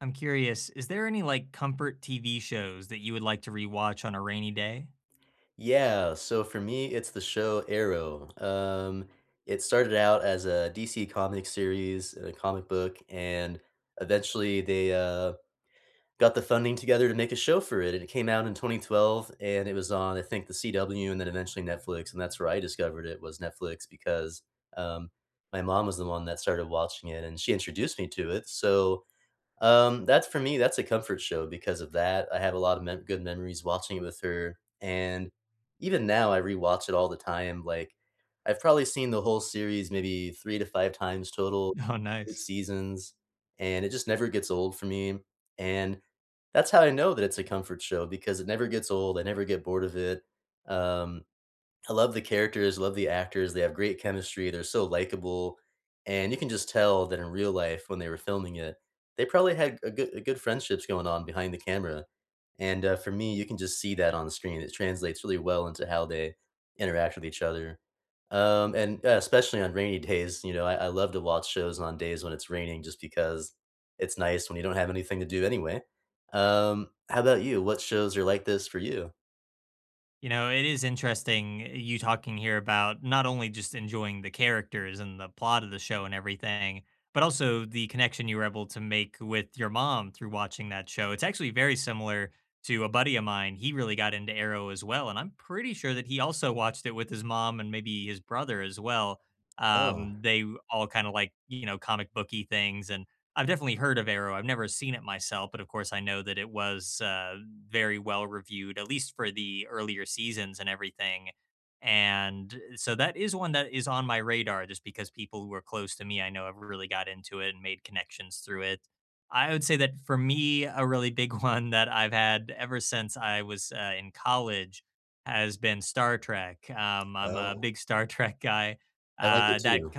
I'm curious, is there any like comfort TV shows that you would like to rewatch on a rainy day? Yeah, so for me, it's the show Arrow. It started out as a DC comic series, a comic book, and eventually they got the funding together to make a show for it. And it came out in 2012, and it was on, I think, the CW, and then eventually Netflix. And that's where I discovered it was Netflix because um, my mom was the one that started watching it, and she introduced me to it. So that's for me, that's a comfort show because of that. I have a lot of mem good memories watching it with her, and even now, I rewatch it all the time, like, I've probably seen the whole series maybe 3 to 5 times total, Oh, 8 nice. seasons, and it just never gets old for me, and that's how I know that it's a comfort show because it never gets old, I never get bored of it. um I love the characters, love the actors, they have great chemistry, they're so likable, and you can just tell that in real life when they were filming it, they probably had a good friendships going on behind the camera, and, for me, you can just see that on the screen, it translates really well into how they interact with each other, and, especially on rainy days, I love to watch shows on days when it's raining just because it's nice when you don't have anything to do anyway. How about you? What shows are like this for you? You know, it is interesting you talking here about not only just enjoying the characters and the plot of the show and everything, but also the connection you were able to make with your mom through watching that show. It's actually very similar to a buddy of mine. He really got into Arrow as well. And I'm pretty sure that he also watched it with his mom and maybe his brother as well. Oh, They all kind of like, you know, comic booky things. And I've definitely heard of Arrow. I've never seen it myself, but of course, I know that it was very well reviewed, at least for the earlier seasons and everything. And so that is one that is on my radar just because people who are close to me, I know have really got into it and made connections through it. I would say that for me, a really big one that I've had ever since I was in college has been Star Trek. I'm a oh, big Star Trek guy I like it that too.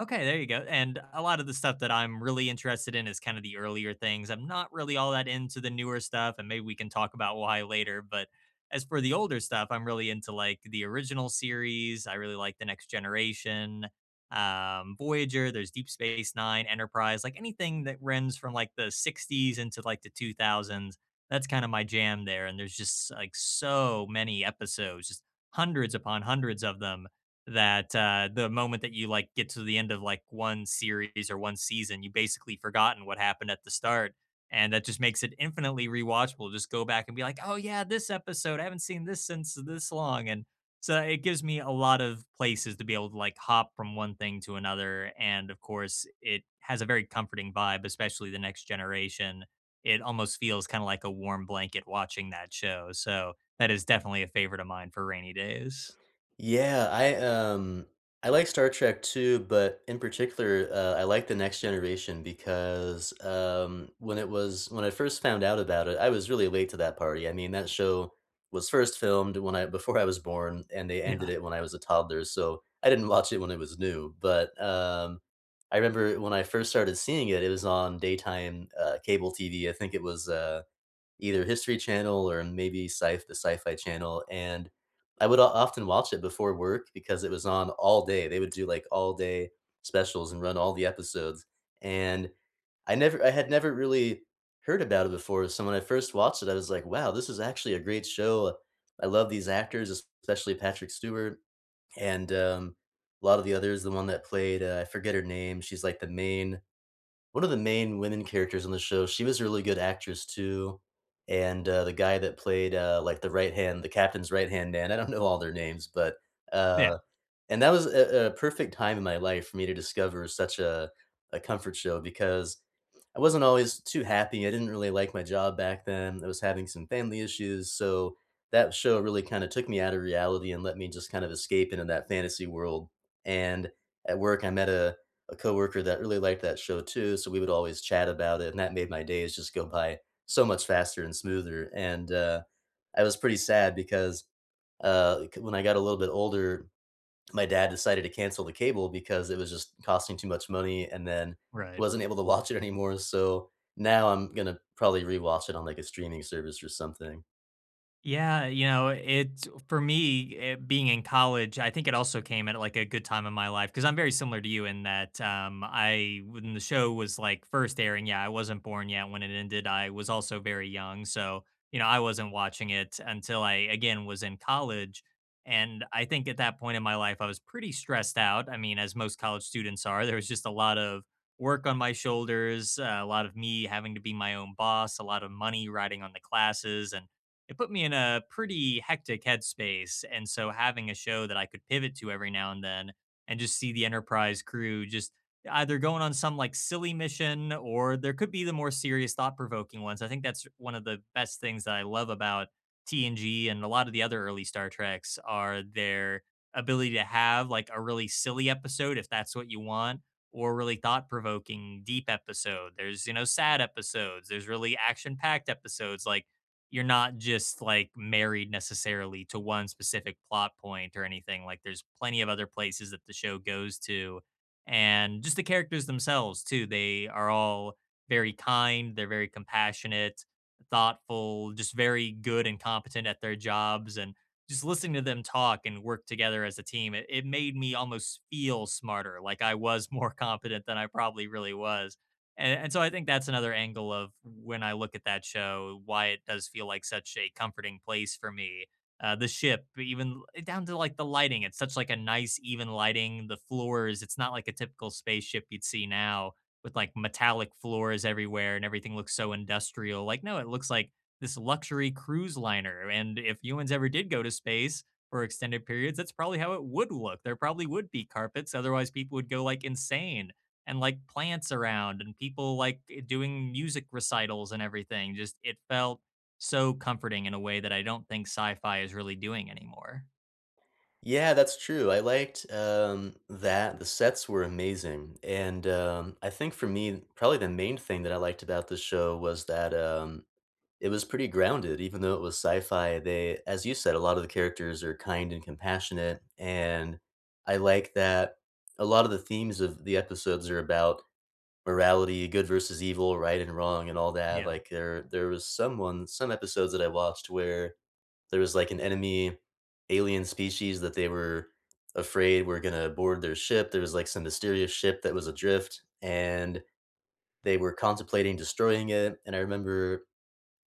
Okay, there you go. And a lot of the stuff that I'm really interested in is kind of the earlier things. I'm not really all that into the newer stuff, and maybe we can talk about why later. But as for the older stuff, I'm really into like the original series. I really like The Next Generation, Voyager, there's Deep Space Nine, Enterprise, like anything that runs from like the 60s into like the 2000s. That's kind of my jam there. And there's just like so many episodes, just hundreds upon hundreds of them that, the moment that you, like, get to the end of, like, one series or one season, you basically forgotten what happened at the start, and that just makes it infinitely rewatchable. Just go back and be like, "Oh, yeah, this episode, I haven't seen this since this long," and so it gives me a lot of places to be able to, like, hop from one thing to another, and, of course, it has a very comforting vibe, especially The Next Generation. It almost feels kinda like a warm blanket watching that show, so that is definitely a favorite of mine for rainy days. Yeah, I I like Star Trek too, but in particular, I like The Next Generation because when it was when I first found out about it, I was really late to that party. I mean, that show was first filmed when I before I was born, and they ended Yeah. it when I was a toddler, so I didn't watch it when it was new. But I remember when I first started seeing it, it was on daytime cable TV. I think it was. Either History Channel or maybe sci the Sci-Fi Channel, and I would o often watch it before work because it was on all day. They would do, like, all-day specials and run all the episodes, and I had never really heard about it before, so when I first watched it, I was like, "Wow, this is actually a great show." I love these actors, especially Patrick Stewart and, a lot of the others, the one that played, I forget her name, she's, like, the main one of the main women characters on the show, she was a really good actress too, and, the guy that played, like, the captain's right-hand man, I don't know all their names, but, Yeah. uh and that was a perfect time in my life for me to discover such a comfort show because I wasn't always too happy. I didn't really like my job back then. I was having some family issues, so that show really kind of took me out of reality and let me just kind of escape into that fantasy world. And at work, I met a coworker that really liked that show too, so we would always chat about it, and that made my days just go by so much faster and smoother. And I was pretty sad because when I got a little bit older, my dad decided to cancel the cable because it was just costing too much money and then Right. wasn't able to watch it anymore. So now I'm gonna probably rewatch it on like a streaming service or something. Yeah, you know, it's for me, being in college. I think it also came at like a good time in my life because I'm very similar to you in that I when the show was like first airing. Yeah, I wasn't born yet when it ended. I was also very young, so you know, I wasn't watching it until I again was in college. And I think at that point in my life, I was pretty stressed out. I mean, as most college students are, there was just a lot of work on my shoulders, a lot of me having to be my own boss, a lot of money riding on the classes, and it put me in a pretty hectic headspace. And so having a show that I could pivot to every now and then and just see the Enterprise crew just either going on some like silly mission or there could be the more serious, thought provoking ones. I think that's one of the best things that I love about TNG, and a lot of the other early Star Treks are their ability to have like a really silly episode if that's what you want or really thought provoking deep episode. There's, you know, sad episodes, there's really action packed episodes like you're not just like married necessarily to one specific plot point or anything. Like there's plenty of other places that the show goes to. And just the characters themselves too. They are all very kind, they're very compassionate, thoughtful, just very good and competent at their jobs. And just listening to them talk and work together as a team, it made me almost feel smarter, like I was more competent than I probably really was, and so I think that's another angle of when I look at that show, why it does feel like such a comforting place for me. The ship, even down to like the lighting, it's such like a nice, even lighting. The floors, it's not like a typical spaceship you'd see now with like metallic floors everywhere and everything looks so industrial. Like, no, it looks like this luxury cruise liner. And if humans ever did go to space for extended periods, that's probably how it would look. There probably would be carpets, otherwise people would go like insane, and like plants around and people like doing music recitals and everything. Just it felt so comforting in a way that I don't think sci-fi is really doing anymore. Yeah, that's true. I liked that. The sets were amazing. And I think for me, probably the main thing that I liked about the show was that it was pretty grounded, even though it was sci fi. They, as you said, a lot of the characters are kind and compassionate. And I like that a lot of the themes of the episodes are about morality, good versus evil, right and wrong, and all that, Yeah, like, there was some episodes that I watched where there was, like, an enemy alien species that they were afraid were gonna board their ship, there was, like, some mysterious ship that was adrift, and they were contemplating destroying it, and I remember,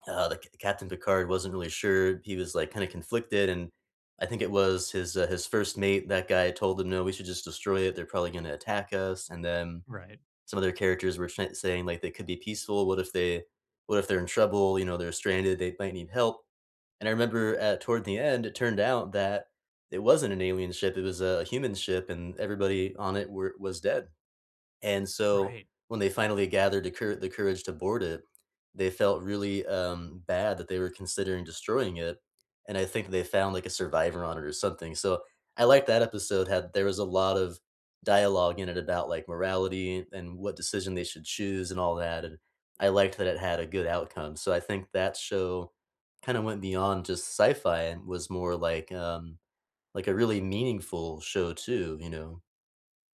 the C Captain Picard wasn't really sure, he was, like, kinda conflicted, and I think it was his first mate, that guy told him, "No, we should just destroy it, they're probably gonna attack us," and then right, some other characters were saying like they could be peaceful. What if they're in trouble? You know, they're stranded. They might need help. And I remember at toward the end, it turned out that it wasn't an alien ship; it was a human ship, and everybody on it was dead. And so right. when they finally gathered the cour the courage to board it, they felt really, bad that they were considering destroying it, and I think they found, like, a survivor on it or something, so I liked that episode, had there was a lot of dialogue in it about, like, morality and what decision they should choose and all that, and I liked that it had a good outcome, so I think that show kinda went beyond just sci-fi and was more like, a really meaningful show too, you know?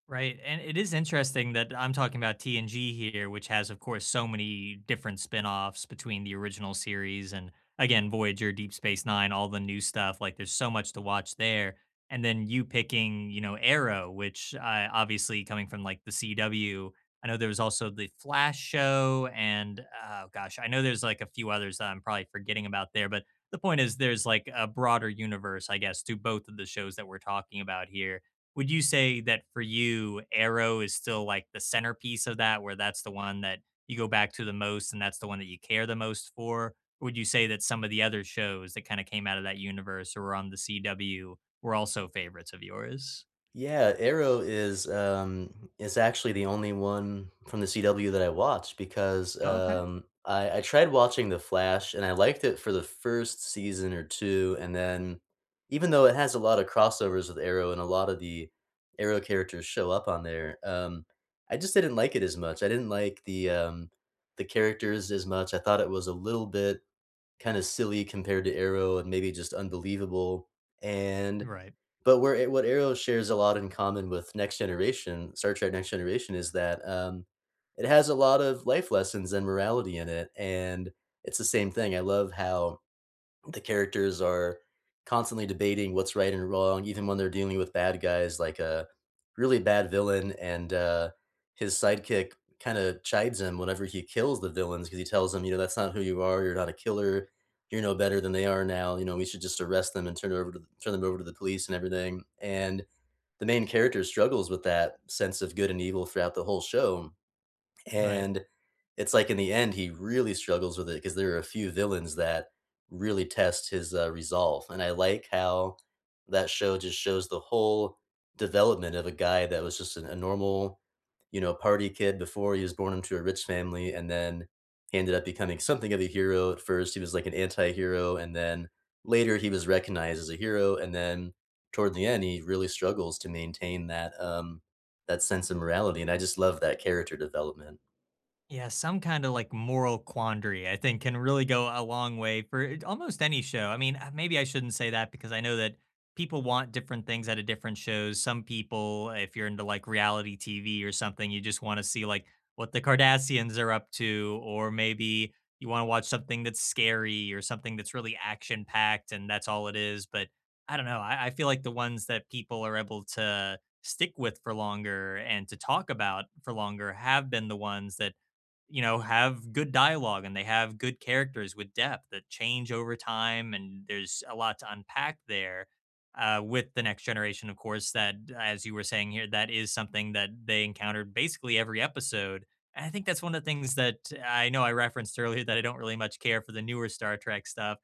Right. And it is interesting that I'm talking about TNG here, which has, of course, so many different spin offs between the original series and, again, Voyager, Deep Space Nine, all the new stuff. Like, there's so much to watch there. And then you picking, you know, Arrow, which obviously coming from like the CW. I know there was also the Flash show. And oh, gosh, I know there's like a few others that I'm probably forgetting about there. But the point is, there's like a broader universe, I guess, to both of the shows that we're talking about here. Would you say that for you, Arrow is still like the centerpiece of that, where that's the one that you go back to the most and that's the one that you care the most for? Or would you say that some of the other shows that kind of came out of that universe or were on the CW were also favorites of yours? Yeah, Arrow is actually the only one from the CW that I watched because, Okay. I tried watching The Flash, and I liked it for the 1st season or 2, and then even though it has a lot of crossovers with Arrow and a lot of the Arrow characters show up on there, I just didn't like it as much. I didn't like the characters as much. I thought it was a little bit kinda silly compared to Arrow and maybe just unbelievable, and Right. but where what Arrow shares a lot in common with Next Generation, Star Trek: Next Generation, is that, it has a lot of life lessons and morality in it, and it's the same thing. I love how the characters are constantly debating what's right and wrong, even when they're dealing with bad guys, like a really bad villain, and his sidekick kind of chides him whenever he kills the villains because he tells him, you know, that's not who you are. You're not a killer. You're no better than they are now. You know, we should just arrest them and turn them over to the police and everything. And the main character struggles with that sense of good and evil throughout the whole show Right. and it's like in the end, he really struggles with it because there are a few villains that really test his resolve. And I like how that show just shows the whole development of a guy that was just a normal, you know, party kid before he was born into a rich family. And then he ended up becoming something of a hero. At first, he was like an anti hero. And then later, he was recognized as a hero. And then toward the end, he really struggles to maintain that. That sense of morality, and I just love that character development. Yeah, some kind of like moral quandary, I think, can really go a long way for almost any show. I mean, maybe I shouldn't say that because I know that people want different things out of different shows. Some people, if you're into like reality TV or something, you just want to see like what the Kardashians are up to, or maybe you want to watch something that's scary or something that's really action packed and that's all it is. But I don't know. I feel like the ones that people are able to stick with for longer and to talk about for longer have been the ones that you know, have good dialogue and they have good characters with depth that change over time. And there's a lot to unpack there with the next generation, of course, that, as you were saying here, that is something that they encountered basically every episode. And I think that's one of the things that I know I referenced earlier that I don't really much care for the newer Star Trek stuff.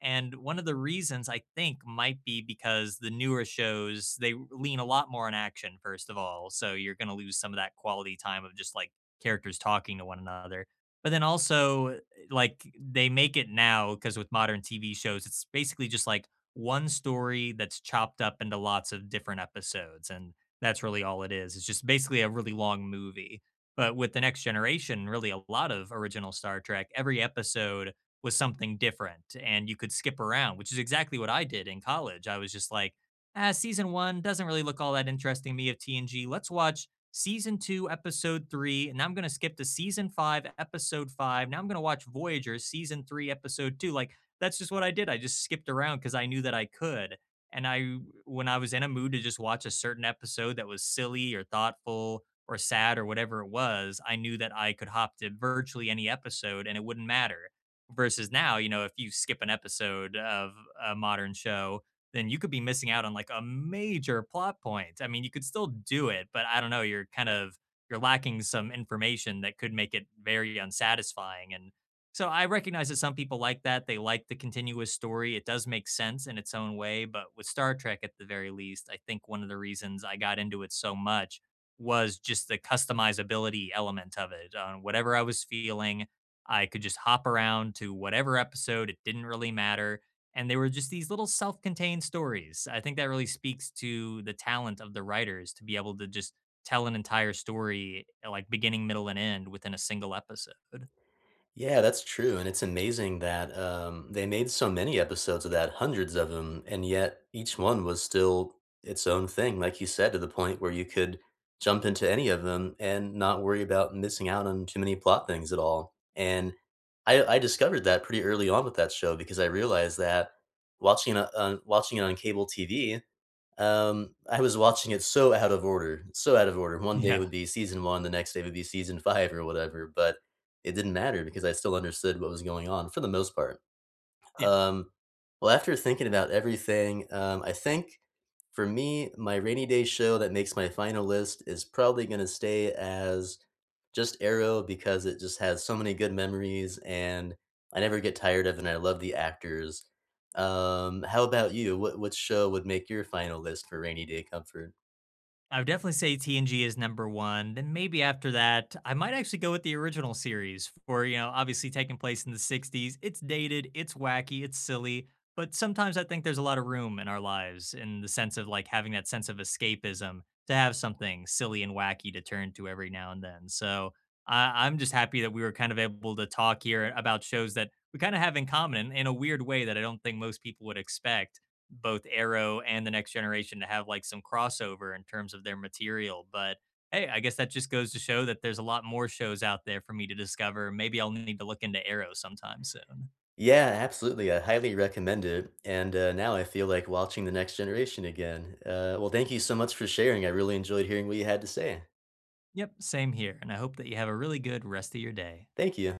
And one of the reasons I think might be because the newer shows, they lean a lot more on action, first of all. So you're going to lose some of that quality time of just like characters talking to one another. But then also, like, they make it now because with modern TV shows, it's basically just like one story that's chopped up into lots of different episodes. And that's really all it is. It's just basically a really long movie. But with the next generation, really a lot of original Star Trek, every episode was something different and you could skip around, which is exactly what I did in college. I was just like, ah, season one doesn't really look all that interesting to me of TNG. Let's watch season two, episode three. And I'm going to skip to season five, episode five. Now I'm going to watch Voyager, season three, episode two. Like, that's just what I did. I just skipped around because I knew that I could. And I, when I was in a mood to just watch a certain episode that was silly or thoughtful or sad or whatever it was, I knew that I could hop to virtually any episode and it wouldn't matter. Versus now, you know, if you skip an episode of a modern show, then you could be missing out on like a major plot point. I mean, you could still do it, but I don't know, you're kind of you're lacking some information that could make it very unsatisfying and so I recognize that some people like that. They like the continuous story. It does make sense in its own way, but with Star Trek at the very least, I think one of the reasons I got into it so much was just the customizability element of it. On whatever I was feeling, I could just hop around to whatever episode. It didn't really matter. And they were just these little self-contained stories. I think that really speaks to the talent of the writers to be able to just tell an entire story, like beginning, middle, and end within a single episode. Yeah, that's true, and it's amazing that they made so many episodes of that, hundreds of them, and yet each one was still its own thing, like you said, to the point where you could jump into any of them and not worry about missing out on too many plot things at all. And I discovered that pretty early on with that show because I realized that watching it on cable TV I was watching it so out of order, so out of order. One day Yeah. would be season 1, the next day would be season 5 or whatever, but it didn't matter because I still understood what was going on for the most part. Yeah. Um, well, after thinking about everything, I think for me, my rainy day show that makes my final list is probably going to stay as just Arrow because it just has so many good memories and I never get tired of it and I love the actors. How about you? What show would make your final list for rainy day comfort? I would definitely say TNG is number one. Then maybe after that, I might actually go with the original series for, you know, obviously taking place in the 60s. It's dated, it's wacky, it's silly, but sometimes I think there's a lot of room in our lives in the sense of like having that sense of escapism to have something silly and wacky to turn to every now and then. So I'm just happy that we were kind of able to talk here about shows that we kind of have in common in a weird way that I don't think most people would expect both Arrow and the Next Generation to have like some crossover in terms of their material. But hey, I guess that just goes to show that there's a lot more shows out there for me to discover. Maybe I'll need to look into Arrow sometime soon. Yeah, absolutely. I highly recommend it. And now I feel like watching The Next Generation again. Well, thank you so much for sharing. I really enjoyed hearing what you had to say. Yep, same here. And I hope that you have a really good rest of your day. Thank you.